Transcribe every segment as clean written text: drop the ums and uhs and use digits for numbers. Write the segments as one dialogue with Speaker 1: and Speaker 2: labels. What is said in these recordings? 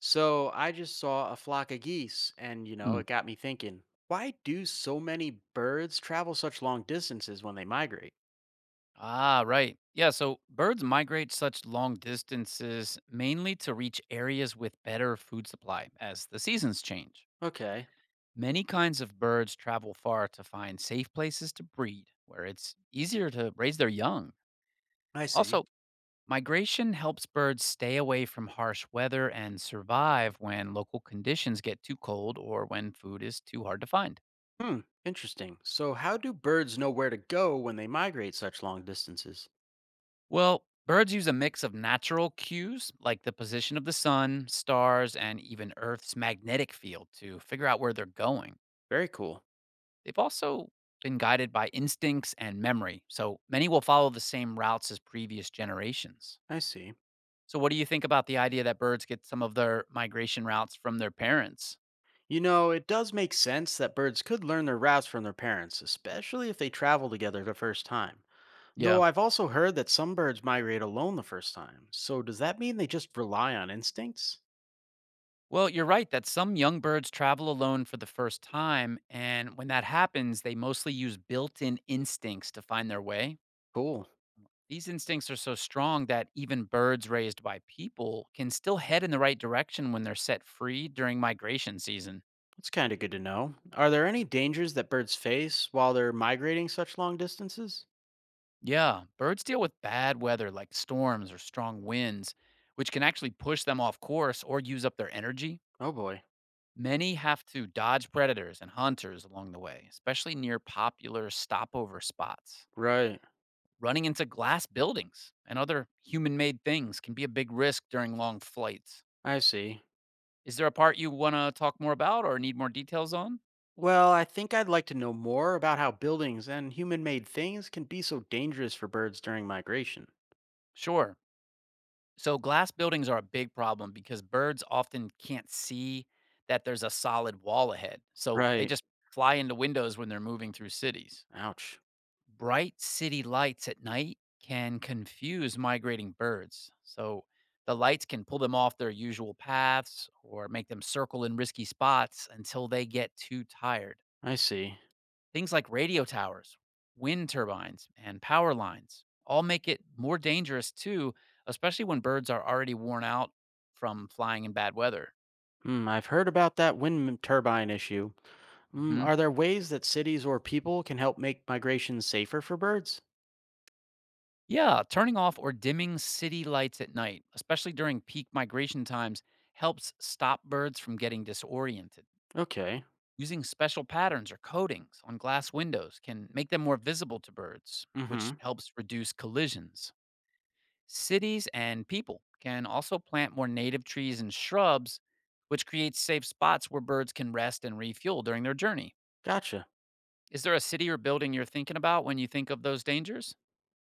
Speaker 1: So I just saw a flock of geese, and
Speaker 2: Mm.
Speaker 1: it got me thinking, why do so many birds travel such long distances when they migrate?
Speaker 2: Ah, right. Yeah, so birds migrate such long distances mainly to reach areas with better food supply as the seasons change.
Speaker 1: Okay,
Speaker 2: Many kinds of birds travel far to find safe places to breed where it's easier to raise their young.
Speaker 1: I see.
Speaker 2: Also, migration helps birds stay away from harsh weather and survive when local conditions get too cold or when food is too hard to find.
Speaker 1: Hmm, interesting. So, how do birds know where to go when they migrate such long distances?
Speaker 2: Well, birds use a mix of natural cues like the position of the sun, stars, and even Earth's magnetic field to figure out where they're going.
Speaker 1: Very cool.
Speaker 2: They've also been guided by instincts and memory, so many will follow the same routes as previous generations.
Speaker 1: I see.
Speaker 2: So, what do you think about the idea that birds get some of their migration routes from their parents?
Speaker 1: It does make sense that birds could learn their routes from their parents, especially if they travel together the first time. Though
Speaker 2: Yeah.
Speaker 1: I've also heard that some birds migrate alone the first time. So, does that mean they just rely on instincts?
Speaker 2: Well, you're right that some young birds travel alone for the first time. And when that happens, they mostly use built in instincts to find their way.
Speaker 1: Cool.
Speaker 2: These instincts are so strong that even birds raised by people can still head in the right direction when they're set free during migration season.
Speaker 1: That's kind of good to know. Are there any dangers that birds face while they're migrating such long distances?
Speaker 2: Yeah, birds deal with bad weather like storms or strong winds, which can actually push them off course or use up their energy.
Speaker 1: Oh boy.
Speaker 2: Many have to dodge predators and hunters along the way, especially near popular stopover spots.
Speaker 1: Right.
Speaker 2: Running into glass buildings and other human made things can be a big risk during long flights.
Speaker 1: I see.
Speaker 2: Is there a part you want to talk more about or need more details on?
Speaker 1: Well, I think I'd like to know more about how buildings and human made things can be so dangerous for birds during migration.
Speaker 2: Sure. So glass buildings are a big problem because birds often can't see that there's a solid wall ahead. So they
Speaker 1: Right.
Speaker 2: just fly into windows when they're moving through cities.
Speaker 1: Ouch.
Speaker 2: Bright city lights at night can confuse migrating birds. So the lights can pull them off their usual paths or make them circle in risky spots until they get too tired.
Speaker 1: I see.
Speaker 2: Things like radio towers, wind turbines, and power lines all make it more dangerous too, especially when birds are already worn out from flying in bad weather.
Speaker 1: Hmm, I've heard about that wind turbine issue. Mm,
Speaker 2: Hmm.
Speaker 1: are there ways that cities or people can help make migration safer for birds?
Speaker 2: Yeah, turning off or dimming city lights at night, especially during peak migration times, helps stop birds from getting disoriented.
Speaker 1: Okay.
Speaker 2: Using special patterns or coatings on glass windows can make them more visible to birds,
Speaker 1: Mm hmm.
Speaker 2: which helps reduce collisions. Cities and people can also plant more native trees and shrubs, which creates safe spots where birds can rest and refuel during their journey.
Speaker 1: Gotcha.
Speaker 2: Is there a city or building you're thinking about when you think of those dangers?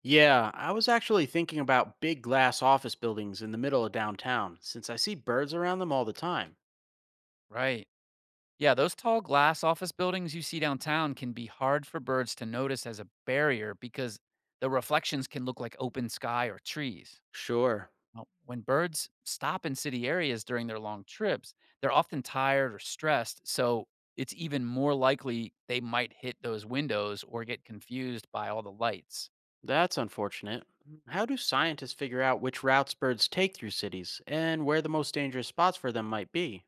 Speaker 1: Yeah, I was actually thinking about big glass office buildings in the middle of downtown, since I see birds around them all the time.
Speaker 2: Right. Yeah, those tall glass office buildings you see downtown can be hard for birds to notice as a barrier because the reflections can look like open sky or trees.
Speaker 1: Sure,
Speaker 2: Now, when birds stop in city areas during their long trips, they're often tired or stressed, so it's even more likely they might hit those windows or get confused by all the lights.
Speaker 1: that's unfortunate. Mm, how do scientists figure out which routes birds take through cities and where the most dangerous spots for them might be?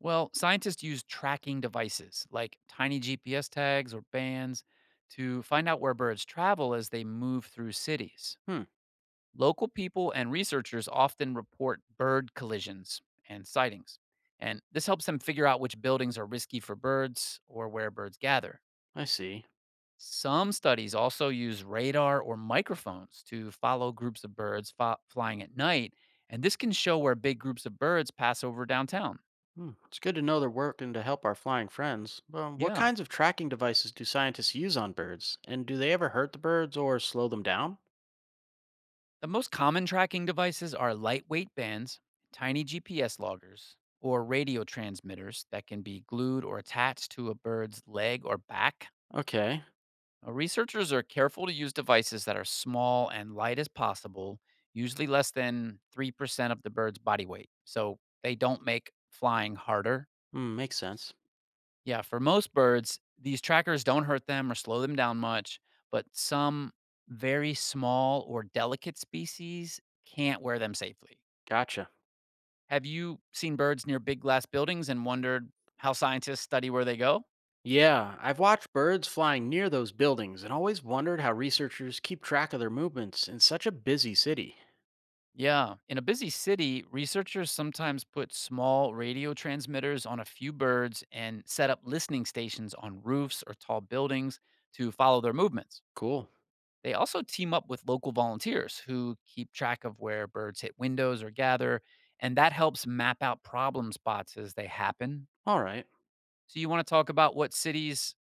Speaker 2: Well, scientists use tracking devices like tiny GPS tags or bands to find out where birds travel as they move through cities.
Speaker 1: Hmm,
Speaker 2: Local people and researchers often report bird collisions and sightings, and this helps them figure out which buildings are risky for birds or where birds gather.
Speaker 1: I see.
Speaker 2: Some studies also use radar or microphones to follow groups of birds flying at night, and this can show where big groups of birds pass over downtown.
Speaker 1: Hmm, it's good to know they're working to help our flying friends. But what
Speaker 2: Yeah.
Speaker 1: kinds of tracking devices do scientists use on birds? And do they ever hurt the birds or slow them down?
Speaker 2: The most common tracking devices are lightweight bands, tiny GPS loggers, or radio transmitters that can be glued or attached to a bird's leg or back.
Speaker 1: Okay,
Speaker 2: Researchers are careful to use devices that are small and light as possible, usually less than 3% of the bird's body weight. So they don't make flying harder.
Speaker 1: hmm, makes sense.
Speaker 2: Yeah, for most birds, these trackers don't hurt them or slow them down much, but some very small or delicate species can't wear them safely.
Speaker 1: Gotcha.
Speaker 2: Have you seen birds near big glass buildings and wondered how scientists study where they go?
Speaker 1: Yeah, I've watched birds flying near those buildings and always wondered how researchers keep track of their movements in such a busy city.
Speaker 2: Yeah, in a busy city, researchers sometimes put small radio transmitters on a few birds and set up listening stations on roofs or tall buildings to follow their movements.
Speaker 1: Cool.
Speaker 2: They also team up with local volunteers who keep track of where birds hit windows or gather, and that helps map out problem spots as they happen.
Speaker 1: All right.
Speaker 2: So, you want to talk about what cities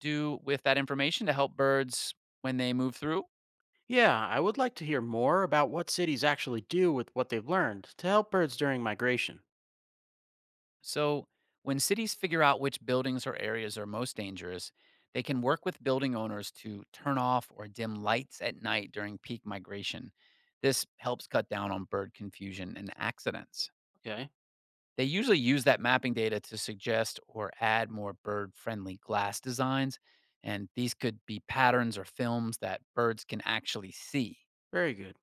Speaker 2: do with that information to help birds when they move through?
Speaker 1: Yeah, I would like to hear more about what cities actually do with what they've learned to help birds during migration.
Speaker 2: So, when cities figure out which buildings or areas are most dangerous, they can work with building owners to turn off or dim lights at night during peak migration. This helps cut down on bird confusion and accidents.
Speaker 1: Okay.
Speaker 2: They usually use that mapping data to suggest or add more bird friendly glass designs, and these could be patterns or films that birds can actually see.
Speaker 1: Very good.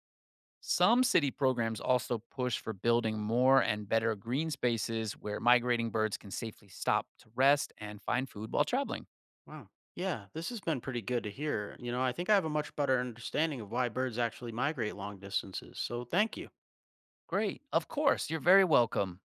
Speaker 2: Some city programs also push for building more and better green spaces where migrating birds can safely stop to rest and find food while traveling.
Speaker 1: Wow. Yeah, this has been pretty good to hear. I think I have a much better understanding of why birds actually migrate long distances, so thank you.
Speaker 2: Great. Of course, you're very welcome.